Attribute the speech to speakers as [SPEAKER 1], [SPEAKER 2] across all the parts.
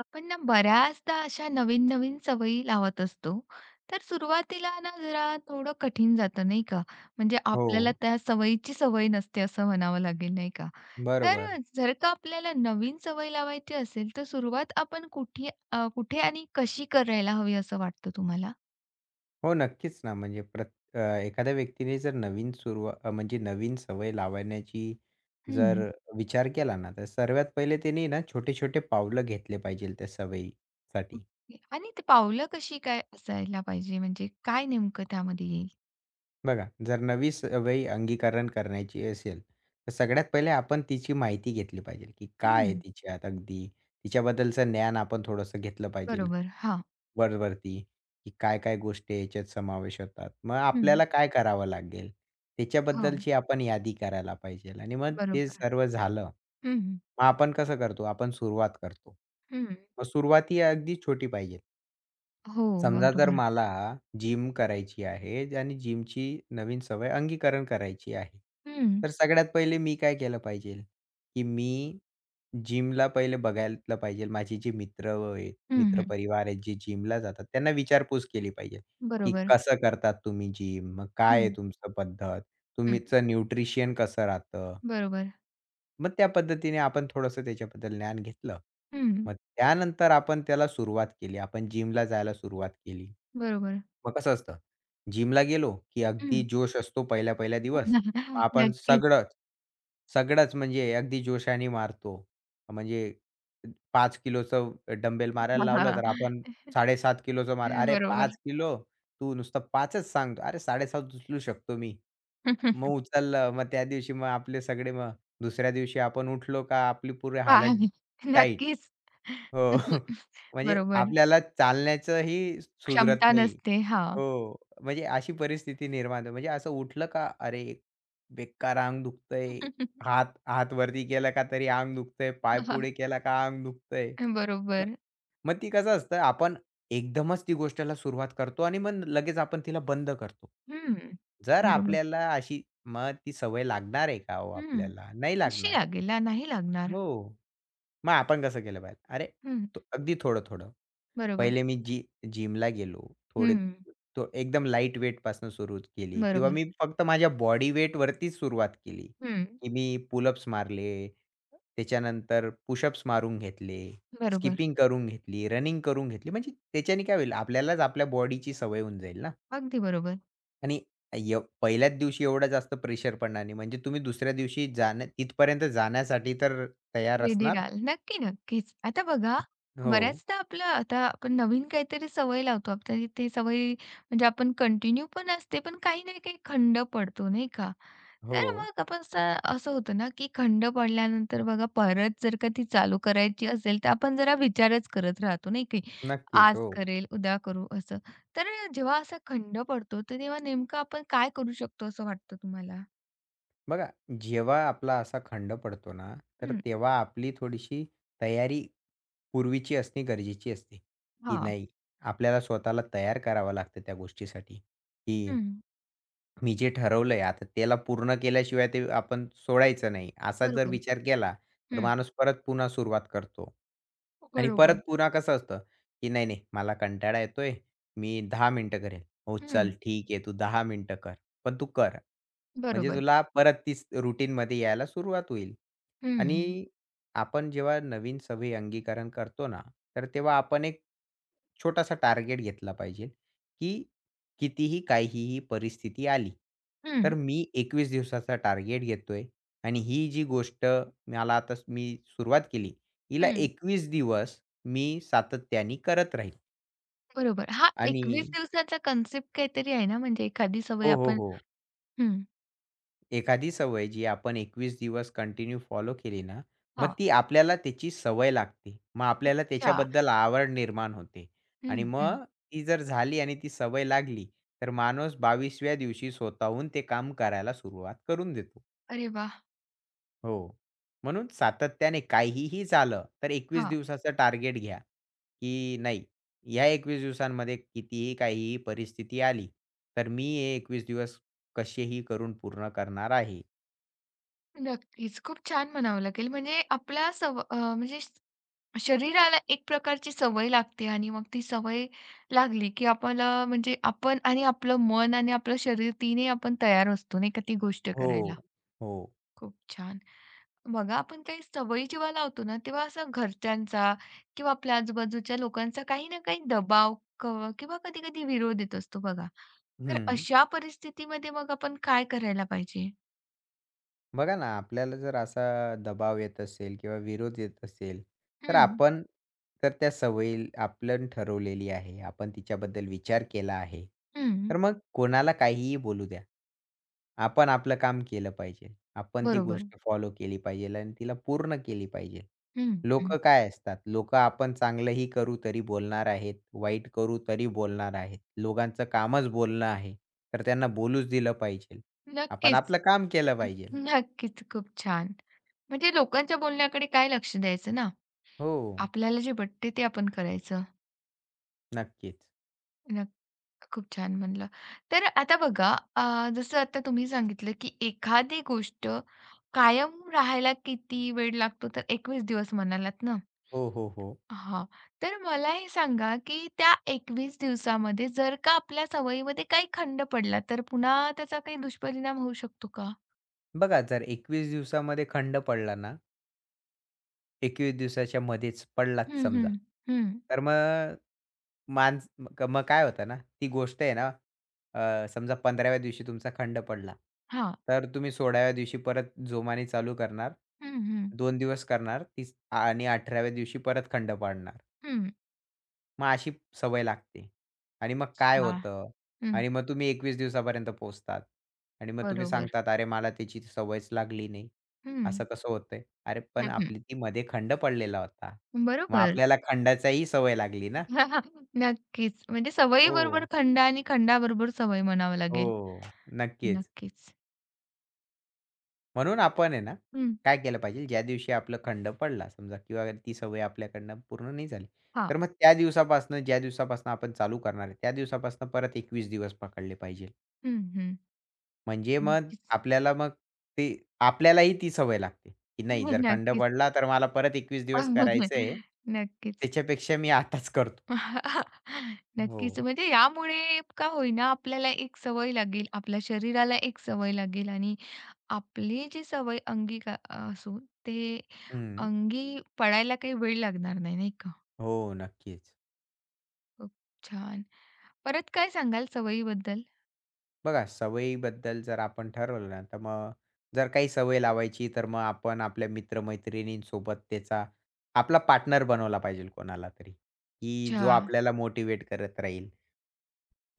[SPEAKER 1] आपण ना बऱ्याचदा अशा नवीन-नवीन सवयी लावत असतो. तर सुरुवातीला ना जरा थोडं कठीण जातं नाही का? म्हणजे
[SPEAKER 2] हो,
[SPEAKER 1] आपल्याला त्या सवयीची सवय नसते असं म्हणावं लागेल नाही का? तर
[SPEAKER 2] बरोबर.
[SPEAKER 1] जर का आपल्याला नवीन सवय लावायची असेल तर सुरुवात आपण कुठे आणि कशी करायला हवी असं वाटतं तुम्हाला?
[SPEAKER 2] हो, नक्कीच ना, म्हणजे एखाद्या व्यक्तीने जर नवीन सुरुवात म्हणजे नवीन सवय लावण्याची जर
[SPEAKER 1] हं.
[SPEAKER 2] विचार केला ना, तर सर्वात पहिले त्यांनी ना छोटे-छोटे पावलं घेतले पाहिजे त्या सवयीसाठी.
[SPEAKER 1] ओके. आणि ते पावलं कशी काय असायला पाहिजे म्हणजे काय नेमकं त्यामध्ये येईल?
[SPEAKER 2] बघा, जर नवी सवयी अंगीकरण करण्याची असेल, तर सगळ्यात पहिले आपण तिची माहिती घेतली पाहिजे, की काय आहे
[SPEAKER 1] हं.
[SPEAKER 2] तिच्यात अगदी, तिच्याबद्दलचं ज्ञान आपण थोडंसं घेतलं पाहिजे
[SPEAKER 1] बरोबर. हां.
[SPEAKER 2] वरवरती, की काय-काय गोष्टी याच्यात समावेश होतात. मग
[SPEAKER 1] हं.
[SPEAKER 2] आपल्याला काय करावं लागेल,
[SPEAKER 1] हो.
[SPEAKER 2] त्याच्याबद्दलची आपण यादी करायला पाहिजे आणि मग ते
[SPEAKER 1] बरोबर.
[SPEAKER 2] सर्व झालं.
[SPEAKER 1] हं, हं.
[SPEAKER 2] मग आपण कसं करतो, आपण सुरुवात करतो. मग सुरुवात ही अगदी छोटी पाहिजे.
[SPEAKER 1] हो.
[SPEAKER 2] समजा जर
[SPEAKER 1] बरोबर.
[SPEAKER 2] मला जिम करायची आहे आणि जिमची नवीन सवय अंगीकरण करायची आहे.
[SPEAKER 1] हं.
[SPEAKER 2] तर सगळ्यात पहिले मी काय केलं पाहिजे, की मी जिमला पहिले बघायला पाहिजे. माझे जे मित्र आहेत,
[SPEAKER 1] हं, हं.
[SPEAKER 2] मित्रपरिवार आहेत जे जिमला जातात त्यांना विचारपूस केली पाहिजे, की
[SPEAKER 1] बरोबर.
[SPEAKER 2] कसं करतात तुम्ही जिम? मग काय आहे
[SPEAKER 1] हं,
[SPEAKER 2] तुमचं पद्धत?
[SPEAKER 1] हं.
[SPEAKER 2] तुमचं न्यूट्रिशन कसं राहतं?
[SPEAKER 1] बरोबर.
[SPEAKER 2] मग त्या पद्धतीने आपण थोडंसं त्याच्याबद्दल ज्ञान घेतलं.
[SPEAKER 1] हं.
[SPEAKER 2] मग त्यानंतर आपण त्याला सुरुवात केली. आपण जिमला जायला सुरुवात केली.
[SPEAKER 1] बरोबर.
[SPEAKER 2] मग कसं असतं, जिमला गेलो, की अगदी
[SPEAKER 1] हं.
[SPEAKER 2] जोश असतो पहिला-पहिला दिवस. आपण
[SPEAKER 1] नक्कीच.
[SPEAKER 2] सगळंच, सगळंच म्हणजे अगदी जोशाने मारतो. म्हणजे 5 किलोचं डंबेल मारायला लावलं,
[SPEAKER 1] हां,
[SPEAKER 2] तर आपण 7.5 किलोचं मार. "अरे
[SPEAKER 1] बरोबर.
[SPEAKER 2] 5 किलो? तू नुसतं 5च सांगतो. अरे 7.5 उचलू शकतो मी." मग उचललं. मग त्या दिवशी मग आपले सगळे मग दुसऱ्या दिवशी आपण उठलो का आपली पूरी हालत
[SPEAKER 1] पाहावी
[SPEAKER 2] टाईट.
[SPEAKER 1] नक्कीच.
[SPEAKER 2] हो. म्हणजे
[SPEAKER 1] बरोबर.
[SPEAKER 2] आपल्याला चालण्याचंही सुधरत
[SPEAKER 1] क्षमता
[SPEAKER 2] नाही.
[SPEAKER 1] नसते. हां.
[SPEAKER 2] हो. म्हणजे अशी परिस्थिती निर्माण होते. म्हणजे असं उठलं का, "अरे, बेकार अंग दुखतंय." हात हात वरती केला का तरी अंग दुखतंय, पाय पुढे केला का अंग दुखतंय. मग
[SPEAKER 1] बरोबर.
[SPEAKER 2] मग ती कसं असतं आपण एकदमच ती गोष्टीला सुरुवात करतो आणि मग लगेच आपण तिला बंद करतो.
[SPEAKER 1] हं.
[SPEAKER 2] जर
[SPEAKER 1] बरोबर.
[SPEAKER 2] आपल्याला अशी मग ती सवय लागणार आहे का हो
[SPEAKER 1] हं.
[SPEAKER 2] आपल्याला? नाही
[SPEAKER 1] कशी
[SPEAKER 2] लागणार.
[SPEAKER 1] लागेल ना, नाही लागणार.
[SPEAKER 2] हो. मग आपण कसं केलं पाहिजे?
[SPEAKER 1] हं.
[SPEAKER 2] अगदी थोडं-थोडं.
[SPEAKER 1] बरोबर.
[SPEAKER 2] पहिले मी जी जिमला गेलो. थोडे
[SPEAKER 1] हं.
[SPEAKER 2] तो एकदम लाईट वेटपासून सुरू केली किंवा
[SPEAKER 1] बरोबर.
[SPEAKER 2] मी फक्त माझ्या बॉडी वेटवरतीच सुरुवात केली,
[SPEAKER 1] हं.
[SPEAKER 2] की मी पुलअप्स मारले. त्याच्यानंतर पुशअप्स मारून घेतले,
[SPEAKER 1] बरोबर.
[SPEAKER 2] स्किपिंग करून घेतली, रनिंग करून घेतली. म्हणजे त्याच्याने काय होईल आपल्यालाच आपल्या बॉडीची सवय होऊन जाईल ना
[SPEAKER 1] अगदी बरोबर.
[SPEAKER 2] आणि पहिल्याच दिवशी एवढा जास्त प्रेशर पडणार नाही. म्हणजे तुम्ही दुसऱ्या दिवशी जाण्या तिथपर्यंत जाण्यासाठी तर तयार
[SPEAKER 1] रेडी
[SPEAKER 2] असणार.
[SPEAKER 1] राहाल. नक्की, नक्कीच. आता बघा,
[SPEAKER 2] हो,
[SPEAKER 1] बऱ्याचदा आपलं आता आपण नवीन काहीतरी सवय लावतो. आपल्याला ते सवय म्हणजे आपण कंटिन्यू पण असते, पण काही ना काही खंड पडतो, नाही का?
[SPEAKER 2] हो.
[SPEAKER 1] तर मग आपण स असं होतं ना, की खंड पडल्यानंतर बघा परत जर का ती चालू करायची असेल, तर आपण जरा विचारच करत राहतो, नाही की
[SPEAKER 2] नक्कीच.
[SPEAKER 1] आज
[SPEAKER 2] हो.
[SPEAKER 1] करेल, उद्या करू असं. तर जेव्हा असा खंड पडतो, तर तेव्हा नेमकं आपण काय करू शकतो असं वाटतं तुम्हाला?
[SPEAKER 2] बघा, जेव्हा आपला असा खंड पडतो ना, तर
[SPEAKER 1] हं.
[SPEAKER 2] तेव्हा आपली थोडीशी तयारी पूर्वीची असणे गरजेची असते, की
[SPEAKER 1] हां.
[SPEAKER 2] नाही आपल्याला स्वतःला तयार करावं लागतं त्या गोष्टीसाठी, की
[SPEAKER 1] हं.
[SPEAKER 2] मी जे ठरवलंय आता त्याला पूर्ण केल्याशिवाय ते आपण सोडायचं नाही. असा जर
[SPEAKER 1] बरोबर.
[SPEAKER 2] विचार केला, तर
[SPEAKER 1] हं.
[SPEAKER 2] माणूस परत पुन्हा सुरुवात करतो. आणि परत
[SPEAKER 1] बरोबर.
[SPEAKER 2] पुन्हा कसं असतं, की नाही, नाही मला कंटाळा येतोय, मी 10 मिनिटं करेल. हो, चल ठीक आहे, तू 10 मिनिटं कर. पण तू कर. म्हणजे
[SPEAKER 1] बरोबर.
[SPEAKER 2] तुला परत तीच रूटीनमध्ये यायला सुरुवात होईल.
[SPEAKER 1] हं.
[SPEAKER 2] आणि आपण जेव्हा नवीन सवयी अंगीकरण करतो ना, तर तेव्हा आपण एक छोटासा टार्गेट घेतला पाहिजे, की कितीही काहीही परिस्थिती आली,
[SPEAKER 1] हं,
[SPEAKER 2] तर मी 21 दिवसाचा टार्गेट घेतोय आणि ही जी गोष्ट मला आता मी सुरुवात केली, हिला
[SPEAKER 1] हं.
[SPEAKER 2] 21 दिवस मी सातत्याने करत राहील.
[SPEAKER 1] बरोबर. हा
[SPEAKER 2] आणि
[SPEAKER 1] 21 दिवसाचा कन्सेप्ट काहीतरी आहे ना, म्हणजे एखादी सवय
[SPEAKER 2] हो, हो,
[SPEAKER 1] आपण
[SPEAKER 2] हो.
[SPEAKER 1] हं.
[SPEAKER 2] एखादी सवय जी आपण 21 दिवस कंटिन्यू फॉलो केली ना, मग
[SPEAKER 1] हां.
[SPEAKER 2] ती आपल्याला त्याची सवय लागते. मग आपल्याला
[SPEAKER 1] अच्छा.
[SPEAKER 2] त्याच्याबद्दल आवड निर्माण होते
[SPEAKER 1] हं,
[SPEAKER 2] आणि
[SPEAKER 1] हं.
[SPEAKER 2] मग ती जर झाली आणि ती सवय लागली, तर माणूस 22व्या दिवशी स्वतःहून ते काम करायला सुरुवात करून देतो.
[SPEAKER 1] अरे वाह!
[SPEAKER 2] हो. म्हणून सातत्याने काहीही झालं, तर 21
[SPEAKER 1] हां.
[SPEAKER 2] दिवसाचं टार्गेट घ्या, की नाही ह्या 21 दिवसांमध्ये कितीही काहीही परिस्थिती आली, तर मी हे 21 दिवस कसेही करून पूर्ण करणार आहे.
[SPEAKER 1] नक्कीच. खूप छान म्हणावं लागेल. म्हणजे आपल्या सव अ, म्हणजे श- शरीराला एक प्रकारची सवय लागते आणि मग ती सवय लागली, की आपल्याला म्हणजे आपण आणि आपलं मन आणि आपलं शरीर तिन्ही आपण तयार असतो नाही का ती गोष्ट करायला.
[SPEAKER 2] हो, हो.
[SPEAKER 1] खूप छान. बघा, आपण काही सवयी जेव्हा लावतो ना, तेव्हा असा घरच्यांचा किंवा आपल्या आजूबाजूच्या लोकांचा काही ना काही दबाव क किंवा कधी-कधी विरोध येत असतो बघा. तर
[SPEAKER 2] हं.
[SPEAKER 1] अशा परिस्थितीमध्ये मग आपण काय करायला पाहिजे?
[SPEAKER 2] बघा ना, आपल्याला जर असा दबाव येत असेल किंवा विरोध येत असेल, तर
[SPEAKER 1] हं,
[SPEAKER 2] आपण तर त्या सवयी आपण ठरवलेली आहे. आपण तिच्याबद्दल विचार केला आहे.
[SPEAKER 1] हं.
[SPEAKER 2] तर मग कोणाला काहीही बोलू द्या. आपण आपलं काम केलं पाहिजे. आपण ती
[SPEAKER 1] बरोबर.
[SPEAKER 2] गोष्ट फॉलो केली पाहिजे आणि तिला पूर्ण केली पाहिजे.
[SPEAKER 1] हं, हं.
[SPEAKER 2] लोकं काय असतात? लोकं आपण चांगलंही करू तरी बोलणार आहेत, वाईट करू तरी बोलणार आहेत. लोकांचं कामच बोलणं आहे. तर त्यांना बोलूच दिलं पाहिजे. आपण
[SPEAKER 1] नक्कीच.
[SPEAKER 2] आपलं काम केलं पाहिजे.
[SPEAKER 1] नक्कीच. खूप छान. म्हणजे लोकांच्या बोलण्याकडे काय लक्ष द्यायचं ना?
[SPEAKER 2] हो.
[SPEAKER 1] आपल्याला जे पटते ते आपण करायचं.
[SPEAKER 2] नक्कीच.
[SPEAKER 1] खूप छान म्हणलं. तर आता बघा अ, जसं आता तुम्ही सांगितलं, की एखादी गोष्ट कायम राहायला किती वेळ लागतो? तर 21 दिवस म्हणालात ना?
[SPEAKER 2] हो, हो, हो.
[SPEAKER 1] हां. तर मला हे सांगा, की त्या 21 दिवसामध्ये जर का आपल्या सवयीमध्ये काही खंड पडला, तर पुन्हा त्याचा काही दुष्परिणाम होऊ शकतो का?
[SPEAKER 2] बघा जर 21 दिवसामध्ये खंड पडला ना, 21 दिवसाच्या मध्येच पडलाच
[SPEAKER 1] हं,
[SPEAKER 2] समजा,
[SPEAKER 1] हं. हं.
[SPEAKER 2] तर मग माणस मग मग काय होतं ना, ती गोष्ट आहे ना, समजा 15व्या दिवशी तुमचा खंड पडला,
[SPEAKER 1] हां.
[SPEAKER 2] तर तुम्ही 16व्या दिवशी परत जोमाने चालू करणार.
[SPEAKER 1] हं, हं.
[SPEAKER 2] 2 दिवस करणार तीस आणि 18व्या दिवशी परत खंड पाडणार.
[SPEAKER 1] हं.
[SPEAKER 2] मग अशी सवय लागते. आणि मग काय
[SPEAKER 1] हां.
[SPEAKER 2] होतं
[SPEAKER 1] हं.
[SPEAKER 2] आणि मग तुम्ही 21 दिवसापर्यंत पोहोचतात आणि मग तुम्ही
[SPEAKER 1] बरोबर.
[SPEAKER 2] सांगतात, "अरे, मला त्याची सवयच लागली नाही."
[SPEAKER 1] हं.
[SPEAKER 2] असं कसं होतंय? अरे, पण
[SPEAKER 1] हं, हं.
[SPEAKER 2] आपली ती मध्ये खंड पडलेला होता. मग
[SPEAKER 1] बरोबर.
[SPEAKER 2] आपल्याला खंडाचाही सवय लागली ना.
[SPEAKER 1] नक्कीच. म्हणजे सवयीबरोबर
[SPEAKER 2] हो.
[SPEAKER 1] खंड आणि खंडाबरोबर सवय म्हणावं लागेल.
[SPEAKER 2] हो, नक्कीच.
[SPEAKER 1] नक्कीच.
[SPEAKER 2] म्हणून आपण आहे ना,
[SPEAKER 1] हं.
[SPEAKER 2] काय केलं पाहिजे, ज्या दिवशी आपलं खंड पडला समजा किंवा ती सवय आपल्याकडनं पूर्ण नाही झाली,
[SPEAKER 1] हां.
[SPEAKER 2] तर मग त्या दिवसापासनं ज्या दिवसापासनं आपण चालू करणार आहे, त्या दिवसापासनं परत 21 दिवस पकडले पाहिजे.
[SPEAKER 1] हं, हं.
[SPEAKER 2] म्हणजे मग
[SPEAKER 1] नक्कीच.
[SPEAKER 2] आपल्याला मग ती आपल्यालाही ती सवय लागते, की नाही जर खंड
[SPEAKER 1] नक्कीच.
[SPEAKER 2] पडला तर मला परत 21 दिवस करायचं आहे.
[SPEAKER 1] नक्कीच.
[SPEAKER 2] त्याच्यापेक्षा मी आताच करतो. हो.
[SPEAKER 1] नक्कीच. म्हणजे यामुळे का होईना आपल्याला एक सवय लागेल, आपल्या शरीराला एक सवय लागेल आणि आपली जी सवय अंगी का असू ते
[SPEAKER 2] हं.
[SPEAKER 1] अंगी पडायला काही वेळ लागणार नाही, नाही का?
[SPEAKER 2] हो, नक्कीच.
[SPEAKER 1] खूप छान. परत काय सांगाल सवयीबद्दल?
[SPEAKER 2] बघा सवयीबद्दल जर आपण ठरवलं ना, तर मग जर काही सवय लावायची तर मग आपण आपल्या मित्र-मैत्रिणींसोबत त्याचा आपला पार्टनर बनवला पाहिजे कोणाला तरी, की जो
[SPEAKER 1] अच्छा.
[SPEAKER 2] आपल्याला मोटिव्हेट करत राहील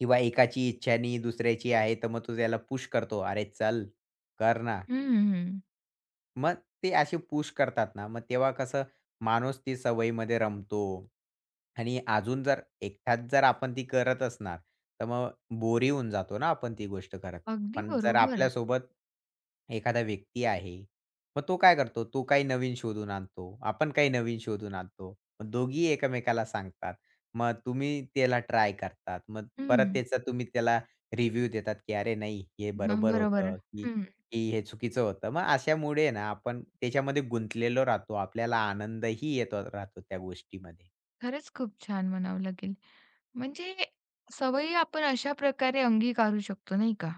[SPEAKER 2] किंवा एकाची इच्छा नाही दुसऱ्याची आहे, तर मग तो त्याला पुश करतो. "अरे चल, कर ना."
[SPEAKER 1] हं,
[SPEAKER 2] मग ते असे पुश करतात ना, मग तेव्हा कसं माणूस ती सवयीमध्ये रमतो आणि अजून जर एकटाच जर आपण ती करत असणार, तर मग बोरी होऊन जातो ना आपण ती गोष्ट करत.
[SPEAKER 1] अगदी
[SPEAKER 2] पण जर
[SPEAKER 1] बरोबर.
[SPEAKER 2] आपल्यासोबत एखादा व्यक्ती आहे, मग तो काय करतो? तो काही नवीन शोधून आणतो, आपण काही नवीन शोधून आणतो. मग दोघी एकमेकाला सांगतात. मग तुम्ही त्याला ट्राय करतात. मग परत
[SPEAKER 1] हं.
[SPEAKER 2] त्याचा तुम्ही त्याला रिव्ह्यू देतात, की "अरे नाही, हे
[SPEAKER 1] हां,
[SPEAKER 2] बरोबर
[SPEAKER 1] बरोबर.
[SPEAKER 2] होतं," की
[SPEAKER 1] हं.
[SPEAKER 2] की हे चुकीचं होतं. मग अशामुळे ना आपण त्याच्यामध्ये गुंतलेलो राहतो. आपल्याला आनंदही येतो राहतो त्या गोष्टीमध्ये.
[SPEAKER 1] खरंच खूप छान म्हणावं लागेल. म्हणजे सवयी आपण अशा प्रकारे अंगीकारू शकतो, नाही का?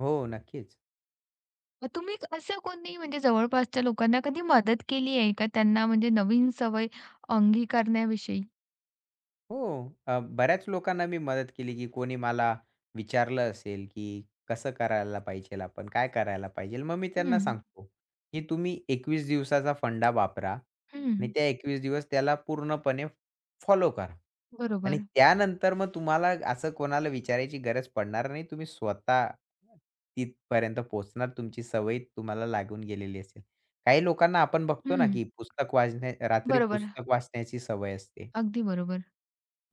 [SPEAKER 2] हो, नक्कीच.
[SPEAKER 1] मग तुम्ही असं कोणी म्हणजे जवळपासच्या लोकांना कधी मदत केली आहे का त्यांना म्हणजे नवीन सवय अंगीकारण्याविषयी?
[SPEAKER 2] हो. बऱ्याच लोकांना मी मदत केली, की कोणी मला विचारलं असेल, की कसं करायला पाहिजेल आपण? काय करायला पाहिजेल? मग मी त्यांना
[SPEAKER 1] हं,
[SPEAKER 2] सांगतो, की तुम्ही 21 दिवसाचा फंडा वापरा
[SPEAKER 1] हं.
[SPEAKER 2] आणि त्या 21 दिवस त्याला पूर्णपणे फॉलो करा. आणि
[SPEAKER 1] बरोबर.
[SPEAKER 2] त्यानंतर मग तुम्हाला असं कोणाला विचारायची गरज पडणार नाही. तुम्ही स्वतः तिथपर्यंत पोहोचणार. तुमची सवय तुम्हाला लागून गेलेली असेल. काही लोकांना आपण बघतो ना,
[SPEAKER 1] हं.
[SPEAKER 2] की पुस्तक वाचण्या रात्री
[SPEAKER 1] बरोबर.
[SPEAKER 2] पुस्तक वाचण्याची सवय असते.
[SPEAKER 1] अगदी बरोबर.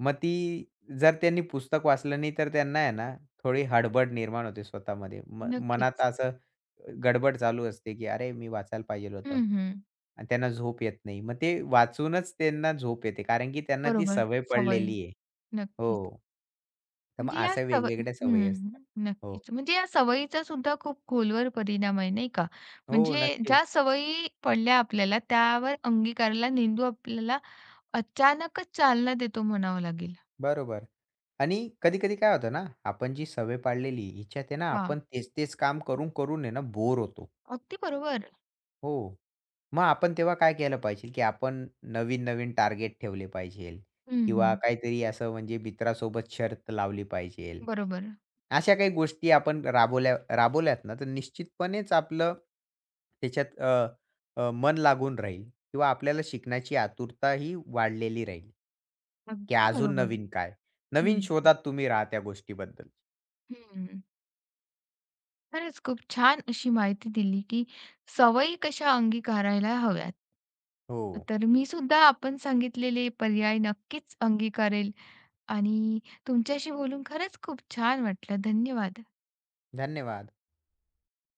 [SPEAKER 2] मग ती जर त्यांनी पुस्तक वाचलं नाही तर त्यांना आहे ना, थोडी हडबड निर्माण होते स्वतःमध्ये. मनात
[SPEAKER 1] नक्कीच.
[SPEAKER 2] असं गडबड चालू असते, की "अरे, मी वाचायला पाहिजेल होतं."
[SPEAKER 1] हं, हं.
[SPEAKER 2] आणि त्यांना झोप येत नाही. मग ते वाचूनच त्यांना झोप येते, कारण की त्यांना ती
[SPEAKER 1] बरोबर.
[SPEAKER 2] सवय
[SPEAKER 1] सवय.
[SPEAKER 2] पडलेली आहे.
[SPEAKER 1] नक्कीच.
[SPEAKER 2] हो. तर मग
[SPEAKER 1] म्हणजे या
[SPEAKER 2] अशा
[SPEAKER 1] सवय
[SPEAKER 2] वेगवेगळ्या सवयी
[SPEAKER 1] हं,
[SPEAKER 2] असतात. हो.
[SPEAKER 1] नक्कीच. म्हणजे या सवयीचा सुद्धा खूप खोलवर परिणाम आहे, नाही का?
[SPEAKER 2] हो,
[SPEAKER 1] म्हणजे
[SPEAKER 2] नक्कीच.
[SPEAKER 1] ज्या सवयी पडल्या आपल्याला, त्यावर अंगीकारला मेंदू आपल्याला अचानकच चालना देतो म्हणावं लागेल.
[SPEAKER 2] बरोबर. आणि कधी-कधी काय होतं ना, आपण जी सवय पाडलेली हिच्यात आहे ना,
[SPEAKER 1] वाह!
[SPEAKER 2] आपण तेच-तेच काम करून, करून आहे ना बोर होतो.
[SPEAKER 1] अगदी बरोबर.
[SPEAKER 2] हो. मग आपण तेव्हा काय केलं पाहिजे, की आपण नवीन-नवीन टार्गेट ठेवले पाहिजेल
[SPEAKER 1] हं,
[SPEAKER 2] किंवा
[SPEAKER 1] हं.
[SPEAKER 2] काहीतरी असं म्हणजे मित्रासोबत शर्त लावली पाहिजेल.
[SPEAKER 1] बरोबर.
[SPEAKER 2] अशा काही गोष्टी आपण राबवल्या राबवल्यात ना, तर निश्चितपणेच आपलं त्याच्यात अ, अ, मन लागून राहील किंवा आपल्याला शिकण्याची आतुरता ही वाढलेली राहील, की
[SPEAKER 1] अगदी
[SPEAKER 2] अजून
[SPEAKER 1] बरोबर.
[SPEAKER 2] नवीन काय?
[SPEAKER 1] हं,
[SPEAKER 2] नवीन
[SPEAKER 1] हं.
[SPEAKER 2] शोधात तुम्ही राहा त्या गोष्टीबद्दल.
[SPEAKER 1] खरंच खूप छान अशी माहिती दिली, की सवयी कशा अंगीकारायला हव्यात.
[SPEAKER 2] हो,
[SPEAKER 1] तर मी सुद्धा आपण सांगितलेले पर्याय नक्कीच अंगीकारेल. आणि तुमच्याशी बोलून खरंच खूप छान वाटलं. धन्यवाद.
[SPEAKER 2] धन्यवाद.